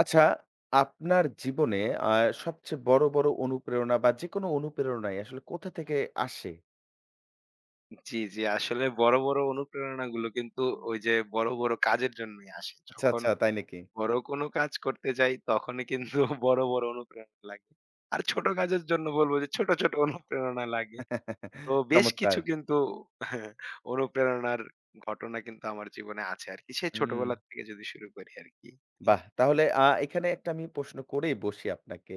আচ্ছা, আপনার জীবনে আ সবচেয়ে বড় অনুপ্রেরণা বা যেকোনো অনুপ্রেরণাই আসলে কোথা থেকে আসে? জি, জি। আসলে বড়, বড় অনুপ্রেরণাগুলো কিন্তু ওই যে বড়, বড় কাজের জন্যই আসে। আচ্ছা, যখন আচ্ছা, তাই নাকি? বড় কোনো কাজ করতে যাই তখনই কিন্তু বড়, বড় অনুপ্রেরণা লাগে। আর ছোট কাজের জন্য বলব যে ছোট, ছোট অনুপ্রেরণা লাগে। তো বেশ চমৎকার! কিছু কিন্তু হ্যাঁ, অনুপ্রেরণার ঘটনা কিন্তু আমার জীবনে আছে আরকি। সেই হুম, ছোটবেলা থেকে যদি শুরু করি আরকি। বাহ! তাহলে এখানে একটা আমি প্রশ্ন করেই বসি আপনাকে।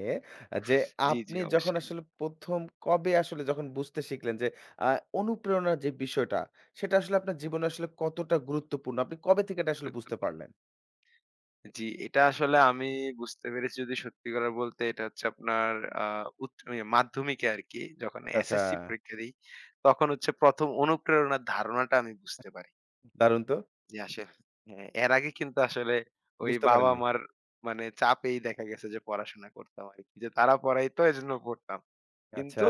আ যে জি, জি আপনি যখন অবশ্যই আসলে ১ম কবে আসলে যখন বুঝতে শিখলেন যে আ অনুপ্রেরণার যে বিষয়টা, সেটা আসলে আপনার জীবনে আসলে কতটা গুরুত্বপূর্ণ? আপনি কবে থেকে এটা আসলে বুঝতে গুরুত্বপূর্ণ। পারলেন? জি, এটা আসলে আমি বুঝতে পেরেছি, যদি সত্যি কথা বলতে এটা হচ্ছে আপনার আ উচ্চ ইয়ে মাধ্যমিকে আরকি যখন আচ্ছা, আচ্ছা, এসএসসি পরীক্ষা দেই, তখন হচ্ছে ১ম অনুপ্রেরণার ধারণাটা আমি বুঝতে পারি। দারুণ তো! যে আসলে হ্যাঁ, এর আগে কিন্তু আসলে ওই বুঝতে পারেননি। বাবা-মার মানে চাপেই দেখা গেছে যে পড়াশোনা করতাম আরকি। যে তারা পড়াইতো এজন্য পড়তাম। আচ্ছা, কিন্তু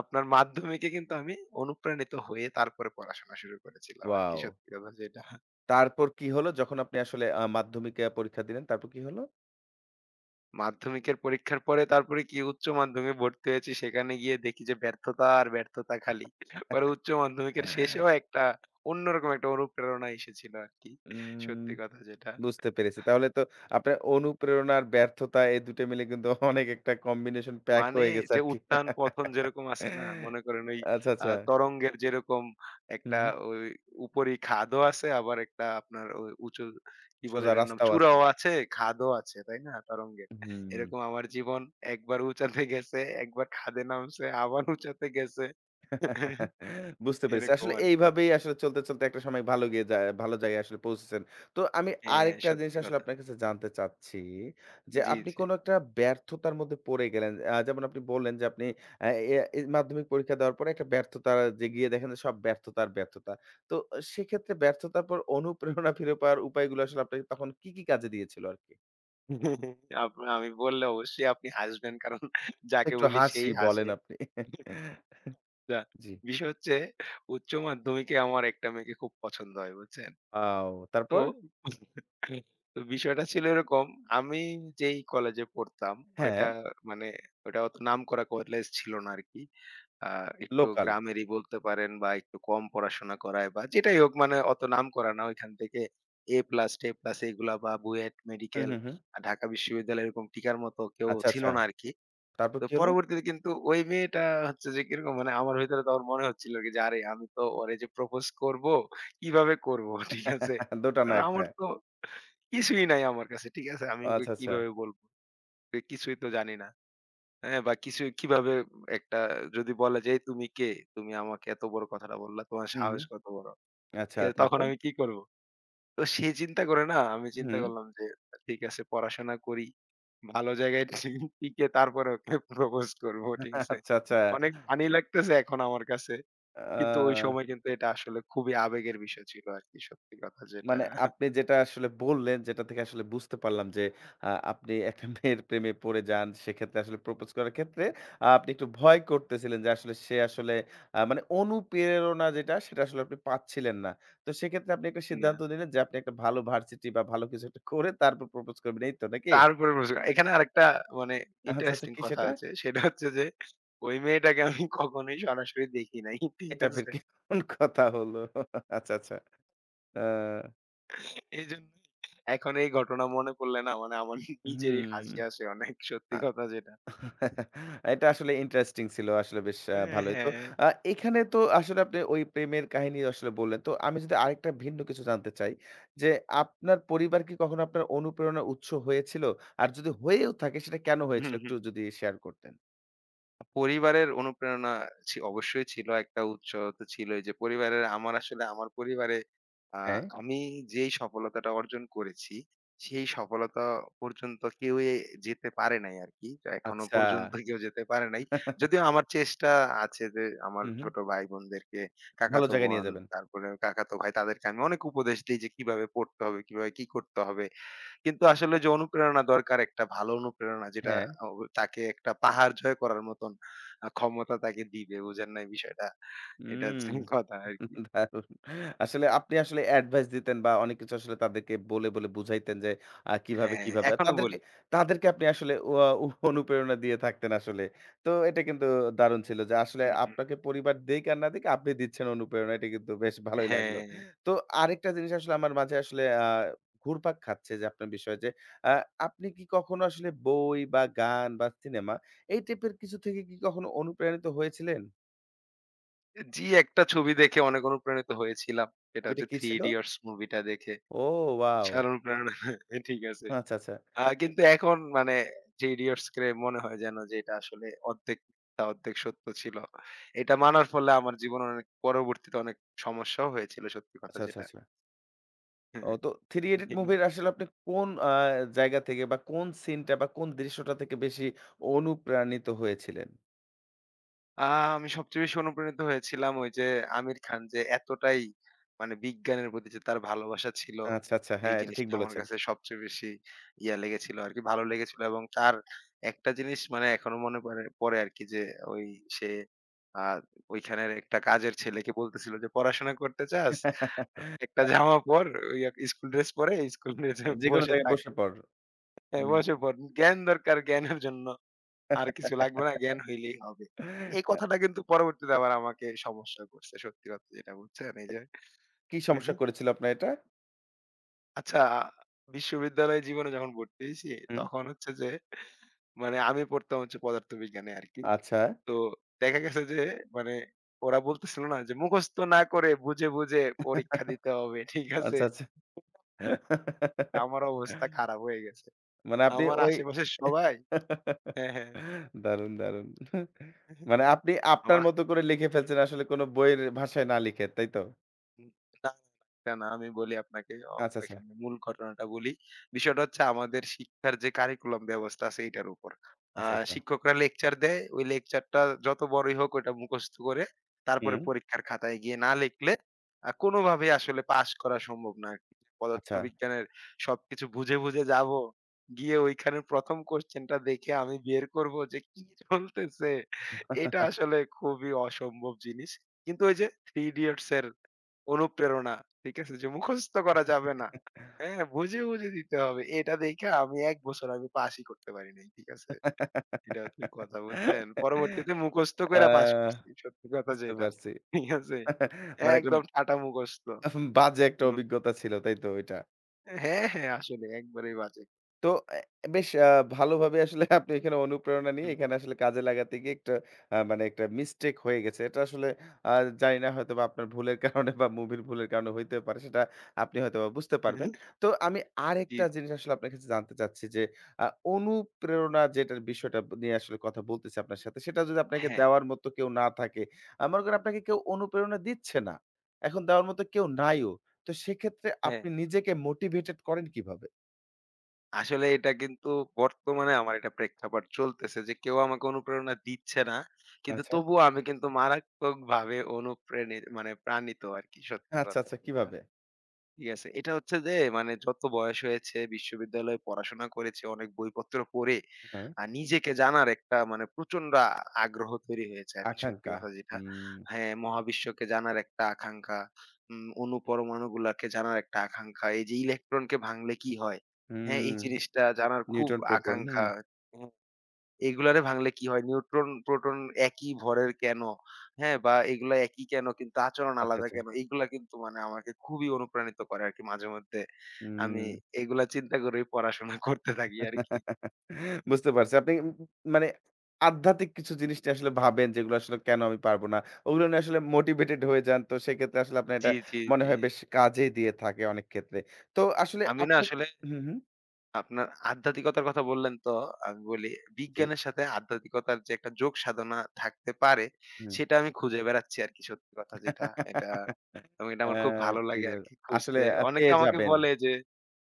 আপনার মাধ্যমিকে কিন্তু আমি অনুপ্রাণিত হয়ে তারপরে পড়াশোনা শুরু করেছিলাম আরকি, ওয়াও! সত্যি কথা যেটা। তারপর কি হলো? যখন আপনি আসলে মাধ্যমিকে পরীক্ষা দিলেন, তারপর কি হলো? মাধ্যমিকের পরীক্ষার পরে তারপরে কি উচ্চ মাধ্যমিকে ভর্তি হয়েছি। সেখানে গিয়ে দেখি যে ব্যর্থতা আর ব্যর্থতা খালি। পরে উচ্চ মাধ্যমিকের শেষেও একটা অন্যরকম একটা অনুপ্রেরণা এসেছিল আরকি। উম সত্যি কথা যেটা। বুঝতে পেরেছি। তাহলে তো আপনার অনুপ্রেরণা আর ব্যর্থতা এই ২ টা মিলে কিন্তু অনেক একটা কম্বিনেশন প্যাক মানে হয়ে গেছে যে আরকি। উত্থান পতন যেরকম আছে না? মনে করেন ওই আচ্ছা, আচ্ছা। তরঙ্গের যেরকম হুম, একটা হুম। ওই উপরি খাদও আছে, আবার একটা আপনার ওই উঁচু কি বলে সোজা এটার নাম? রাস্তাও আছে। চূড়াও আছে, খাদও আছে, তাই না? তরঙ্গের। হুম। এরকম আমার জীবন একবার উঁচাতে গেছে, একবার খাদে নামছে, আবার উঁচাতে গেছে। বুঝতে পেরেছি। এরকম আসলে আরকি। এইভাবেই আসলে চলতে, চলতে একটা সময় ভালো গিয়ে যায় ভালো জায়গায় আসলে পৌঁছেছেন। তো আমি হ্যাঁ, আরেকটা জিনিস সত্যি আসলে কথা। আপনার কাছে জানতে চাচ্ছি যে, জি, আপনি জি। কোনো একটা ব্যর্থতার মধ্যে পড়ে গেলেন। যেমন আপনি বললেন যে, আপনি আ এ এই মাধ্যমিক পরীক্ষা দেওয়ার পরে একটা ব্যর্থতা যে গিয়ে দেখেন যে, সব ব্যর্থতা আর ব্যর্থতা। তো সেক্ষেত্রে ব্যর্থতার পর অনুপ্রেরণা ফিরে পাওয়ার উপায়গুলো আসলে আপনাকে তখন কি, কি কাজে দিয়েছিল আরকি? আপনা আমি বললে অবশ্যই আপনি হাসবেন, কারণ যাকে একটু বলি হাসি সেই বলেন হাসে। আপনি। না, জি। বিষয় হচ্ছে উচ্চ মাধ্যমিকে আমার একটা মেয়েকে খুব পছন্দ হয়, বুঝছেন? ওয়াও! তো তারপর? তো বিষয়টা ছিল এরকম, আমি যেই কলেজে পড়তাম হ্যাঁ, ওইটা মানে ওটা অত নামকরা কলেজ ছিল না আরকি। আ একটু লোকাল। গ্রামেরই বলতে পারেন বা একটু কম পড়াশোনা করায় বা যেটাই হোক মানে অত নামকরা না। ওইখান থেকে এ প্লাস, টে প্লাস এগুলা বা বুয়েট, হুম, মেডিকেল, হুম, হুম। ঢাকা বিশ্ববিদ্যালয় এরকম টিকার মতো কেউ আচ্ছা, ছিল আচ্ছা। না আরকি। তারপর তো কি হলো? পরবর্তীতে কিন্তু ওই মেয়েটা হচ্ছে যে কিরকম মানে আমার ভেতরে তখন মনে হচ্ছিল কি যে, আরে আমি তো ওরে যে প্রপোজ করব, কিভাবে করব? ঠিক আছে, দুটো না কারণ একটা। আমার তো কিছুই নাই, আমার কাছে ঠিক আছে, আমি ও ওকে আচ্ছা, আচ্ছা। কিভাবে বলবো যে কিছুই তো জানি না, হ্যাঁ বা কিছু কিভাবে একটা যদি বলা যায়, তুমি কে, তুমি আমাকে এত বড় কথাটা বললা, তোমার হুম, সাহস হুম। কত বড়! আচ্ছা ঠিক আছে, তখন তারপর? আমি কি করব? তো সে চিন্তা করে না, আমি চিন্তা হুম। করলাম যে ঠিক আছে, পড়াশোনা করি। ভালো জায়গায় টিকে তারপরে ওকে প্রপোজ করবো। ঠিক আছে? আচ্ছা, আচ্ছা। অনেক ফানি লাগতেছে এখন আমার কাছে। কিন্তু ওই আ সময় কিন্তু এটা আসলে খুবই আবেগের বিষয় ছিল আরকি, সত্যি কথা যেটা। মানে আপনি যেটা আসলে বললেন, যেটা থেকে আসলে বুঝতে পারলাম যে আপনি একটা মেয়ের প্রেমে পড়ে যান। সেক্ষেত্রে আসলে প্রপোজ করার ক্ষেত্রে আপনি একটু ভয় করতেছিলেন যে আসলে সে আসলে মানে অনুপ্রেরণা যেটা সেটা আসলে আপনি পাচ্ছিলেন না। তো সেক্ষেত্রে আপনি একটা সিদ্ধান্ত না। নিলেন যে আপনি একটা ভালো ভার্সিটি বা ভালো কিছু একটা করে তারপর প্রপোজ করবেন। এই তো নাকি? তারপরে প্রশ্ন করি। এখানে আরেকটা মানে আচ্ছা, আচ্ছা ইন্টারেস্টিং কি কথা সেটা? আছে। সেটা হচ্ছে যে ওই মেয়েটাকে আমি কখনোই সরাসরি দেখি নাই। ঠিক এটা ফির আছে? কেমন কথা হলো? আচ্ছা, আচ্ছা। আ এইজন্য এখন এই ঘটনা মনে পড়লে না, মানে আমার নিজেরই হুম। হাসি আসে অনেক, আ সত্যি কথা যেটা। এটা আসলে ইন্টারেস্টিং ছিল। আসলে বেশ হ্যাঁ, ভালোই। তো হ্যাঁ। আ এখানে তো আসলে আপনি ওই প্রেমের কাহিনী আসলে বললেন। তো আমি যদি আরেকটা ভিন্ন কিছু জানতে চাই যে, আপনার পরিবার কি কখনো আপনার অনুপ্রেরণার উৎস হয়েছিল? আর যদি হয়েও থাকে সেটা কেন হয়েছিল? হুম, হুম। একটু যদি শেয়ার করতেন। পরিবারের অনুপ্রেরণা অবশ্যই ছিল। একটা উৎস তো ছিলই যে পরিবারের আমার আসলে আমার পরিবারে আ হ্যাঁ, আমি যেই সফলতাটা অর্জন করেছি, সেই সফলতা পর্যন্ত কেউই যেতে পারে নাই আরকি। এখনো আচ্ছা। পর্যন্ত কেউ যেতে পারে নাই। যদিও আমার চেষ্টা আছে যে আমার হুম, হুম। ছোট ভাই-বোনদেরকে, ভালো কাকাতো জায়গায় নিয়ে বোন, যাবেন। তারপরে কাকাতো ভাই তাদেরকে আমি অনেক উপদেশ দেই যে কিভাবে পড়তে হবে, কিভাবে কি করতে হবে। কিন্তু আসলে যে অনুপ্রেরণা দরকার, একটা ভালো অনুপ্রেরণা যেটা হ্যাঁ, আ ও তাকে একটা পাহাড় জয় করার মতন ক্ষমতা তাকে দিবে। বুঝেন নাই বিষয়টা? এটা হুম। হচ্ছে কথা আরকি। দারুণ! আসলে আপনি আসলে অ্যাডভাইস দিতেন বা অনেক কিছু আসলে তাদেরকে বলে, বলে বুঝাইতেন যে কিভাবে, হ্যাঁ, কিভাবে। এখনো তাদেরকে বলি। তাদেরকে আপনি আসলে ওয়া উ অনুপ্রেরণা দিয়ে থাকতেন আসলে। তো এটা কিন্তু দারুণ ছিল যে আসলে হুম, হুম। আপনাকে পরিবার দিক আর না দিক আপনি দিচ্ছেন অনুপ্রেরণা। এটা কিন্তু বেশ ভালোই লাগলো। হ্যাঁ, তো আরেকটা জিনিস আসলে আমার মাঝে আসলে ঘুরপাক খাচ্ছে যে আপনার বিষয়ে যে আ আপনি কি কখনো আসলে বই বা গান বা সিনেমা এই টাইপের কিছু থেকে কি কখনো অনুপ্রাণিত হয়েছিলেন? জি একটা ছবি দেখে অনেক অনুপ্রাণিত হয়েছিলাম। সেটা ছবিটা হচ্ছে কি 'Three ছিল? Idiots' মুভিটা দেখে। ও ওয়াও! বিশাল অনুপ্রেরণা। ঠিক আছে। আচ্ছা, আচ্ছা। কিন্তু এখন মানে যে ইডিয়টস ক্রেভ মনে হয় যেন যে এটা আসলে অর্ধেক মিথ্যা, অর্ধেক সত্য ছিল। এটা মানার ফলে আমার জীবনে অনেক পরবর্তীতে অনেক সমস্যাও হয়েছিল, সত্যি কথা আচ্ছা, আচ্ছা, যেটা। আচ্ছা। ও তো 'থ্রি ইডিয়ট' মুভির আসলে আপনি কোন জায়গা থেকে বা কোন সিনটা বা কোন দৃশ্যটা থেকে বেশি অনুপ্রাণিত হয়েছিলেন? আ আমি সবচেয়ে বেশি অনুপ্রাণিত হয়েছিলাম ওই যে আমির খান যে এতটাই মানে বিজ্ঞানের প্রতি যে তার ভালোবাসা ছিল, আচ্ছা, আচ্ছা। এই হ্যাঁ, এটা ঠিক জিনিসটা আমার বলেছেন। কাছে সবচেয়ে বেশি ইয়া লেগেছিল আরকি, ভালো লেগেছিল, এবং তার একটা জিনিস মানে এখনো মনে পড়ে পড়ে আরকি যে ওই সে আ ওইখানের একটা কাজের ছেলেকে বলতেছিল যে, "পড়াশোনা করতে চাস? একটা জামা পর, ইয়া স্কুল ড্রেস পরে স্কুল ড্রেসে যেকোনো বসে জায়গায় থাক। বসে পড়। হ্যাঁ, হুম। বসে পড়। জ্ঞান দরকার, জ্ঞানের জন্য আর কিছু লাগবে না, জ্ঞান হইলেই হবে।" এই আ কথাটা কিন্তু পরবর্তীতে আবার আমাকে সমস্যা করছে, সত্যি কথা যেটা, বুঝছেন? এই যে কি হুম, সমস্যা হুম। করেছিল আপনার এটা? আচ্ছা, বিশ্ববিদ্যালয় জীবনে যখন ভর্তি হইছি হুম, তখন হচ্ছে যে মানে আমি পড়তাম হচ্ছে পদার্থবিজ্ঞানে আরকি। আচ্ছা। তো দেখা গেছে যে মানে ওরা বলতেছিল না যে মুখস্থ না করে বুঝে, বুঝে পরীক্ষা দিতে হবে। ঠিক আছে? আচ্ছা, আচ্ছা। আমার অবস্থা খারাপ হয়ে গেছে। মানে আপনি আমার ওই আশেপাশের সবাই হ্যাঁ, হ্যাঁ। দারুণ, দারুণ। মানে আপনি আপনার আমার মতো করে লিখে ফেলছেন আসলে কোনো বইয়ের ভাষায় না লিখে, তাই তো? উম না, না, না, আমি বলি আপনাকে আচ্ছা, আচ্ছা, এখানে মূল ঘটনাটা বলি। বিষয়টা হচ্ছে আমাদের শিক্ষার যে কারিকুলাম ব্যবস্থা আছে এটার উপর। আ আচ্ছা, আচ্ছা। শিক্ষকরা লেকচার দেয়, ওই লেকচারটা যত বড়ই হোক ওইটা মুখস্থ করে তারপরে হুম, পরীক্ষার খাতায় গিয়ে না লিখলে কোনোভাবেই আসলে পাস করা সম্ভব না আরকি। আচ্ছা। পদার্থবিজ্ঞানের সবকিছু বুঝে, বুঝে যাবো। গিয়ে ওইখানে ১ম কোয়েশ্চেনটা দেখে আমি বের করব যে কি চলতেছে? এটা আসলে খুবই অসম্ভব জিনিস। কিন্তু ওই যে 'Three Idiots' এর অনুপ্রেরণা। ঠিক আছে? যে মুখস্থ করা যাবে না। হ্যাঁ? বুঝে, বুঝে দিতে হবে। এটা দেইখা আমি ১ বছর পাসই করতে পারি নাই। ঠিক আছে? এটা হচ্ছে কথা, বুঝছেন? পরবর্তীতে মুখস্থ কইরা পাস আ করছি। সত্যি কথা বুঝতে যেটা। পারছি। ঠিক আছে? মানে একদম ঠাটা মুখস্থ। বাজে একটা হুম। অভিজ্ঞতা ছিল, তাই তো ওইটা? হ্যাঁ, হ্যাঁ আসলে একবারেই বাজে। তো বেশ ভালোভাবে আসলে আপনি এখানে অনুপ্রেরণা নিয়ে হুম। এখানে আসলে কাজে লাগাতে গিয়ে একটা মানে একটা মিস্টেক হয়ে গেছে। এটা আসলে আ জানি না হয়তোবা আপনার ভুলের কারণে বা মুভির ভুলের কারণে হইতে পারে। সেটা আপনি হয়তোবা বুঝতে পারবেন। তো আমি জি, আরেকটা জি। জিনিস আসলে আপনার কাছে জানতে চাচ্ছি যে আ অনুপ্রেরণা যেটার বিষয়টা নিয়ে আসলে কথা বলতেছি আপনার সাথে, সেটা যদি আপনাকে হ্যাঁ, দেওয়ার মতো কেউ না থাকে, মনে করেন আপনাকে কেউ অনুপ্রেরণা দিচ্ছে না। এখন দেওয়ার মতো কেউ নাইও। তো সেক্ষেত্রে হ্যাঁ। আপনি নিজেকে মোটিভেটেড করেন কিভাবে? আসলে এটা কিন্তু বর্তমানে আমার এটা প্রেক্ষাপট চলতেছে যে কেউ আমাকে অনুপ্রেরণা দিচ্ছে না। কিন্তু আচ্ছা। তবুও আমি কিন্তু মারাত্মকভাবে অনুপ্রাণিত মানে প্রাণিত আরকি, সত্যি আচ্ছা, কথা আচ্ছা যেটা। কিভাবে? ঠিক আছে। এটা হচ্ছে যে মানে যত বয়স হয়েছে, বিশ্ববিদ্যালয়ে পড়াশোনা করেছি, অনেক বইপত্র পড়ে হ্যাঁ, নিজেকে জানার একটা মানে প্রচন্ড আগ্রহ তৈরি হয়েছে আরকি, সত্যি আকাঙ্ক্ষা। কথা যেটা। হুম, হ্যাঁ, মহাবিশ্বকে জানার একটা আকাঙ্খা, অণু পরমাণু গুলাকে জানার একটা আকাঙ্খা, এই যে ইলেকট্রনকে ভাঙলে কি হয়? হ্যাঁ, হুম, এই জিনিসটা জানার খুব নিউটন, প্রোটন। হুম, আকাঙ্খা। এগুলারে ভাঙলে কি হয়? নিউট্রন, প্রোটন একই ভরের কেন? হ্যাঁ? বা এগুলা একই কেন? কিন্তু আচরণ আচ্ছা, আলাদা আচ্ছা। কেন? এগুলা কিন্তু মানে আমাকে খুবই অনুপ্রাণিত করে আরকি মাঝে মধ্যে। হুম। আমি এগুলা চিন্তা করেই পড়াশোনা করতে থাকি আরকি। বুঝতে পারছি। আপনি মানে আধ্যাত্মিক কিছু জিনিস নিয়ে আসলে ভাবেন যেগুলো আসলে কেন আমি পারব না। ওগুলো নিয়ে আসলে মোটিভেটেড হয়ে যান। তো সেক্ষেত্রে আসলে আপনার এটা জি, জি, মনে জি। হয় বেশ কাজে দিয়ে থাকে অনেক ক্ষেত্রে। তো আসলে আমি না আপনার আসলে হুম, হুম। আপনার আধ্যাত্মিকতার কথা বললেন তো, আমি বলি জি, বিজ্ঞানের সাথে আধ্যাত্মিকতার যে একটা যোগ সাধনা থাকতে পারে, হুম। সেটা আমি খুঁজে বেড়াচ্ছি আরকি, সত্যি কথা যেটা। এটা এবং এটা আ আমার খুব ভালো ঠিক লাগে বলে আরকি আসলে খুঁজতে। অনেকে পেয়ে আমাকে যাবেন। বলে যে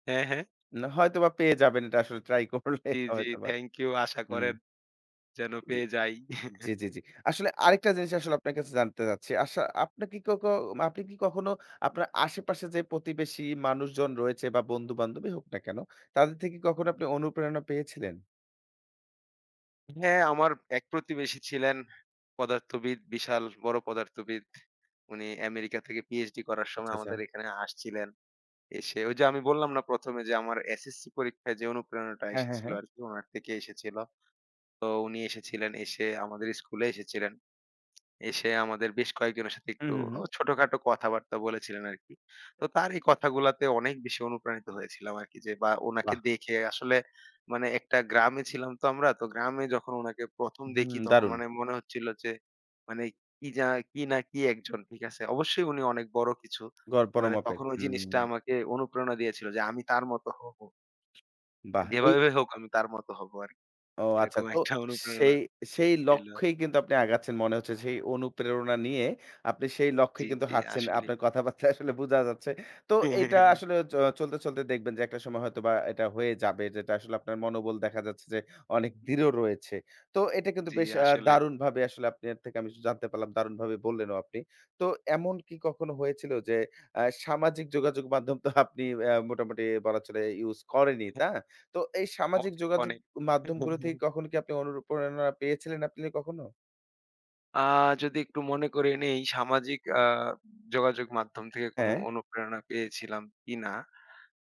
হ্যাঁ, হ্যাঁ? না হয়তোবা পেয়ে যাবেন এটা আসলে ট্রাই করলে জি, জি। হয়তোবা। Thank you. আশা হুম। করেন যেন জি, পেয়ে যাই। জি, জি, জি। আসলে আরেকটা জিনিস আসলে আপনার কাছে জানতে চাচ্ছি। আপনার কি আপনি কি কখনো আপনার আশেপাশে যে প্রতিবেশী মানুষজন রয়েছে বা বন্ধু-বান্ধবী হোক না কেন, তাদের থেকে কখনো আপনি অনুপ্রেরণা পেয়েছিলেন? হ্যাঁ, আমার এক প্রতিবেশী ছিলেন পদার্থবিদ, বিশাল বড় পদার্থবিদ। উনি আমেরিকা থেকে পিএইচডি করার আচ্ছা, সময় আচ্ছা। আমাদের এখানে আসছিলেন। এসে ওই যে আমি বললাম না, ১ম এ যে আমার এসএসসি পরীক্ষায় যে অনুপ্রেরণাটা হ্যাঁ, হ্যাঁ, এসেছিল হ্যাঁ। আরকি উনার থেকে এসেছিল। তো উনি এসেছিলেন, এসে আমাদের স্কুলে এসেছিলেন। এসে আমাদের বেশ কয়েকজনের সাথে হুম, একটু হুম, হুম। ও ছোটখাটো কথাবার্তা বলেছিলেন আরকি। তো তার এই কথাগুলাতে অনেক বেশি অনুপ্রাণিত হয়েছিলাম আরকি, যে বা উনাকে বাহ! দেখে আসলে মানে একটা গ্রামে ছিলাম তো আমরা। তো গ্রামে যখন উনাকে ১ম হুম, দেখি তখন দারুণ। মানে মনে হচ্ছিল যে মানে কি যা কি না কি একজন, ঠিক আছে? অবশ্যই উনি অনেক বড় কিছু। গড় বড় মানে মাপের। তখন ওই জিনিসটা হুম, আমাকে অনুপ্রেরণা দিয়েছিল যে আমি তার মতো হবো। বাহ! যেভাবে হোক আমি তার মতো হবো আরকি। ও আচ্ছা। এরকম তো একটা অনুপ্রেরণা সেই সেই ছিল। লক্ষ্যেই কিন্তু আপনি আগাচ্ছেন মনে হচ্ছে। সেই অনুপ্রেরণা নিয়ে আপনি সেই লক্ষ্যে জি, কিন্তু জি হাঁটছেন। আসলেই। আপনার কথাবার্তায় আসলে বোঝা যাচ্ছে। তো এটা আসলে চলতে, চলতে দেখবেন যে একটা সময় হয়তোবা এটা হয়ে যাবে। যেটা আসলে আপনার মনোবল দেখা যাচ্ছে যে অনেক দৃঢ় রয়েছে। তো এটা কিন্তু জি, বেশ আসলেই। দারুণভাবে আসলে আপনার থেকে আমি জানতে পারলাম। দারুণভাবে বললেনও আপনি। তো এমন কি কখনো হয়েছিল যে সামাজিক যোগাযোগ মাধ্যম তো আপনি মোটামুটি বলা চলে ইউজ করেনই, তা? তো এই সামাজিক অনেক, যোগাযোগ অনেক। মাধ্যমগুলো থেকে কখনো কি আপনি অনুপ্রেরণা পেয়েছিলেন আপনি কখনো? আ যদি একটু মনে করে নেই সামাজিক যোগাযোগ মাধ্যম থেকে কোনো হ্যাঁ। অনুপ্রেরণা পেয়েছিলাম কিনা,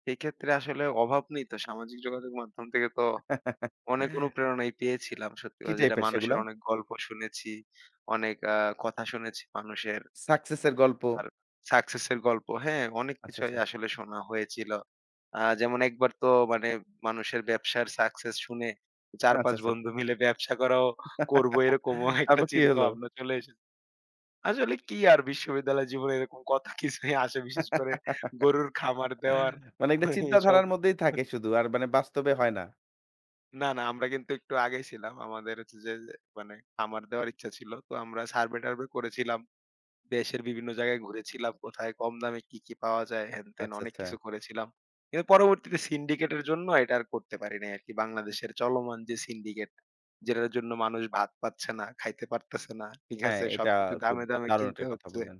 সেক্ষেত্রে আসলে অভাব নেই তো। সামাজিক যোগাযোগ মাধ্যম থেকে তো অনেক অনুপ্রেরণাই পেয়েছিলাম, সত্যি কি কথা যেটা, টাইপের সেগুলা? মানুষের অনেক গল্প শুনেছি, অনেক কথা শুনেছি মানুষের। সাকসেসের গল্প। আর সাকসেসের গল্প, হ্যাঁ, অনেক আচ্ছা, আচ্ছা। কিছুই আসলে শোনা হয়েছিল। যেমন একবার তো মানে মানুষের ব্যবসার সাকসেস শুনে আচ্ছা, ৪-৫ আচ্ছা। বন্ধু মিলে ব্যবসা করাও করবো এরকমও একটা তারপর কি চিন্তা হলো? ভাবনা চলে এসেছে। আসলে কি আর বিশ্ববিদ্যালয় জীবনে এরকম কত কিছুই আসে, বিশেষ করে গরুর খামার দেওয়ার মানে এটা এইসব। চিন্তাধারার মধ্যেই থাকে শুধু। আর মানে বাস্তবে হয় না। না, না আমরা কিন্তু একটু আগে ছিলাম। আমাদের হচ্ছে যে মানে খামার দেওয়ার ইচ্ছা ছিল। তো আমরা সার্ভে-টার্ভে করেছিলাম। দেশের বিভিন্ন জায়গায় ঘুরেছিলাম, কোথায় কম দামে কি, কি পাওয়া যায় হেন-তেন আচ্ছা, অনেক আচ্ছা। কিছু করেছিলাম। কিন্তু পরবর্তীতে সিন্ডিকেটের জন্য এটা আর করতে পারি নাই আরকি। বাংলাদেশের চলমান যে সিন্ডিকেট, যেটার জন্য মানুষ ভাত পাচ্ছে না, খাইতে পারতেছে না। ঠিক হ্যাঁ, আছে? এটা সবকিছু খুব দামে, দামে দারুণ কিনতে একটা কথা হচ্ছে। বললেন।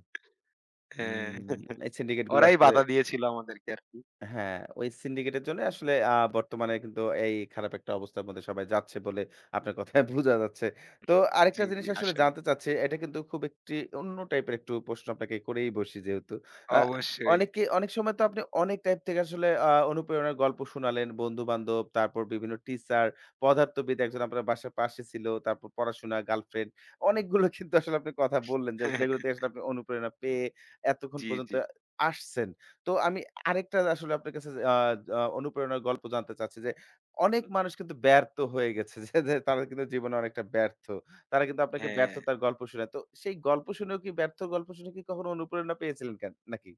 হ্যাঁ, উম এই সিন্ডিকেট গুলো ওরাই আসলে বাধা দিয়েছিল আমাদেরকে আরকি। হ্যাঁ, ওই সিন্ডিকেটের জন্য আসলে বর্তমানে কিন্তু এই খারাপ একটা অবস্থার মধ্যে সবাই যাচ্ছে বলে আপনার কথায় বোঝা যাচ্ছে। তো আরেকটা জি, জিনিস জি আসলে আসলেই। জানতে চাচ্ছি, এটা কিন্তু খুব একটি অন্য টাইপের একটু প্রশ্ন আপনাকে করেই বসি যেহেতু। আ অবশ্যই। অনেকে অনেক সময় তো আপনি অনেক টাইপ থেকে আসলে অনুপ্রেরণার গল্প শোনালেন। বন্ধু-বান্ধব, তারপর বিভিন্ন টিচার, পদার্থবিদ একজন আপনার বাসার পাশে ছিল, তারপর পড়াশোনা, গার্লফ্রেন্ড অনেকগুলো কিন্তু আসলে আপনি কথা বললেন যে, যেগুলো থেকে আসলে আপনি অনুপ্রেরণা পেয়ে এতক্ষণ জি, পর্যন্ত জি। আসছেন। তো আমি আরেকটা আসলে আপনার কাছে আ আ অনুপ্রেরণার গল্প জানতে চাচ্ছি যে, অনেক মানুষ কিন্তু ব্যর্থ হয়ে গেছে যে, যে তারা কিন্তু জীবনে অনেকটা ব্যর্থ। তারা কিন্তু আপনাকে হ্যাঁ। ব্যর্থতার গল্প শোনায়। তো সেই গল্প শুনেও কি ব্যর্থ গল্প শুনে কি কখনো অনুপ্রেরণা পেয়েছিলেন কেন নাকি?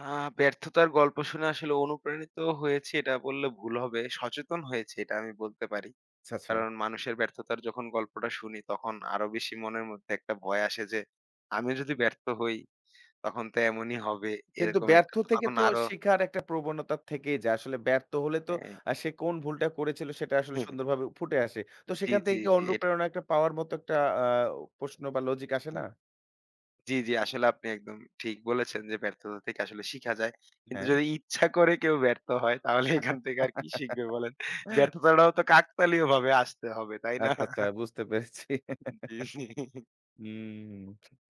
আ ব্যর্থতার গল্প শুনে আসলে অনুপ্রাণিত হয়েছি এটা বললে ভুল হবে। সচেতন হয়েছি এটা আমি বলতে পারি। আচ্ছা, আচ্ছা। কারণ মানুষের ব্যর্থতার যখন গল্পটা শুনি তখন আরো বেশি মনের মধ্যে একটা ভয় আসে যে আমি যদি ব্যর্থ হই তখন তো এমনই হবে, কিন্তু এরকম ব্যর্থ একটা তো থেকে তখন তো আরো শিখার একটা প্রবণতা থেকেই যায়। আসলে ব্যর্থ হলে তো হ্যাঁ। সে কোন ভুলটা করেছিল সেটা আসলে সুন্দরভাবে ফুটে আসে। তো জি, সেখান জি, থেকে কি জি এটা অনুপ্রেরণা একটা পাওয়ার মতো একটা আ প্রশ্ন বা লজিক আসে না? হ্যাঁ, জি, জি আসলে আপনি একদম ঠিক বলেছেন যে ব্যর্থতা থেকে আসলে শিখা যায়। কিন্তু হ্যাঁ? যদি ইচ্ছা করে কেউ ব্যর্থ হয় তাহলে এখান থেকে আর কি শিখবে বলেন? ব্যর্থতাটাও তো কাকতালীয়ভাবে আসতে হবে, তাই না? আচ্ছা, আচ্ছা বুঝতে পেরেছি। জি, জি। হুম,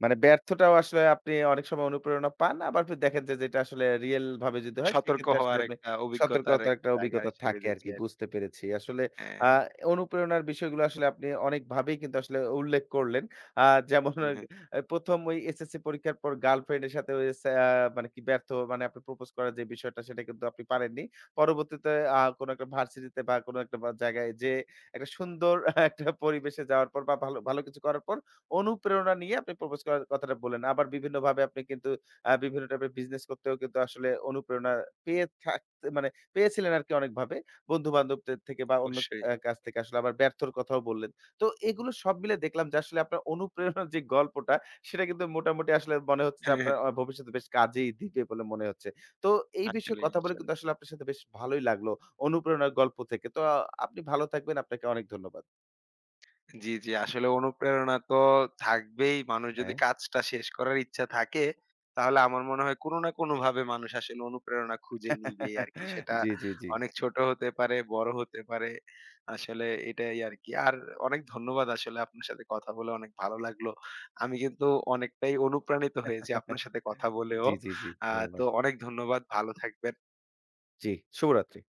মানে ব্যর্থটাও আসলে আপনি অনেক সময় অনুপ্রেরণা পান। আবার ফির দেখেন যে যেটা আসলে রিয়াল ভাবে যদি হয় সতর্ক সেক্ষেত্রে আসলে হওয়ার আপনি একটা অভিজ্ঞতার সতর্কতার একটা একটা জায়গা অভিজ্ঞতা হিসেবে থাকে দেখি আরকি আরকি। বুঝতে পেরেছি। আসলে আ হ্যাঁ, অনুপ্রেরণার বিষয়গুলো আসলে আপনি অনেকভাবেই কিন্তু আসলে উল্লেখ করলেন। আ যেমন হ্যাঁ, আ ১ম ওই এসএসসি পরীক্ষার পর গার্লফ্রেন্ডের সাথে ওই সা মানে কি ব্যর্থ মানে আপনি প্রপোজ করার যে বিষয়টা সেটা কিন্তু আপনি পারেননি। পরবর্তীতে কোনো একটা ভার্সিটিতে বা কোনো একটা বা জায়গায় যেয়ে একটা সুন্দর আহ, একটা পরিবেশে যাওয়ার পর বা ভালো কিছু করার পর অনুপ্রেরণা নিয়ে আপনি প্রপোজ করার কথাটা বললেন। আবার বিভিন্নভাবে আপনি কিন্তু বিভিন্ন টাইপের বিজনেস করতেও কিন্তু আসলে অনুপ্রেরণা পেয়ে থাকতে মানে পেয়েছিলেন আরকি অনেকভাবে। বন্ধু-বান্ধবদের থেকে বা অন্য অবশ্যই। কাছ থেকে আসলে আবার ব্যর্থর কথাও বললেন। তো এগুলো সব মিলে দেখলাম যে আসলে আপনার অনুপ্রেরণার যে গল্পটা সেটা কিন্তু মোটামুটি আসলে মনে হচ্ছে যে আপনার ভবিষ্যতে বেশ কাজেই দিবে বলে মনে হচ্ছে। তো এই বিষয়ে আসলেই, কথা বলে আসলে। কিন্তু আসলে আপনার সাথে বেশ ভালোই লাগলো অনুপ্রেরণার গল্প থেকে। তো আপনি ভালো থাকবেন। আপনাকে অনেক ধন্যবাদ। জি, জি। আসলে অনুপ্রেরণা তো থাকবেই। মানুষ যদি হ্যাঁ। কাজটা শেষ করার ইচ্ছা থাকে, তাহলে আমার মনে হয় কোনো না কোনোভাবে মানুষ আসলে অনুপ্রেরণা খুঁজে নিবেই আরকি। সেটা জি, জি, জি। অনেক ছোট হতে পারে, বড় হতে পারে। আসলে এটাই আরকি। আর অনেক ধন্যবাদ, আসলে আপনার সাথে কথা বলে অনেক ভালো লাগলো। আমি কিন্তু অনেকটাই অনুপ্রাণিত হয়েছি আপনার সাথে কথা বলেও। জি, জি, জি। আ তো ধন্যবাদ। অনেক ধন্যবাদ। ভালো থাকবেন। জি, শুভরাত্রি।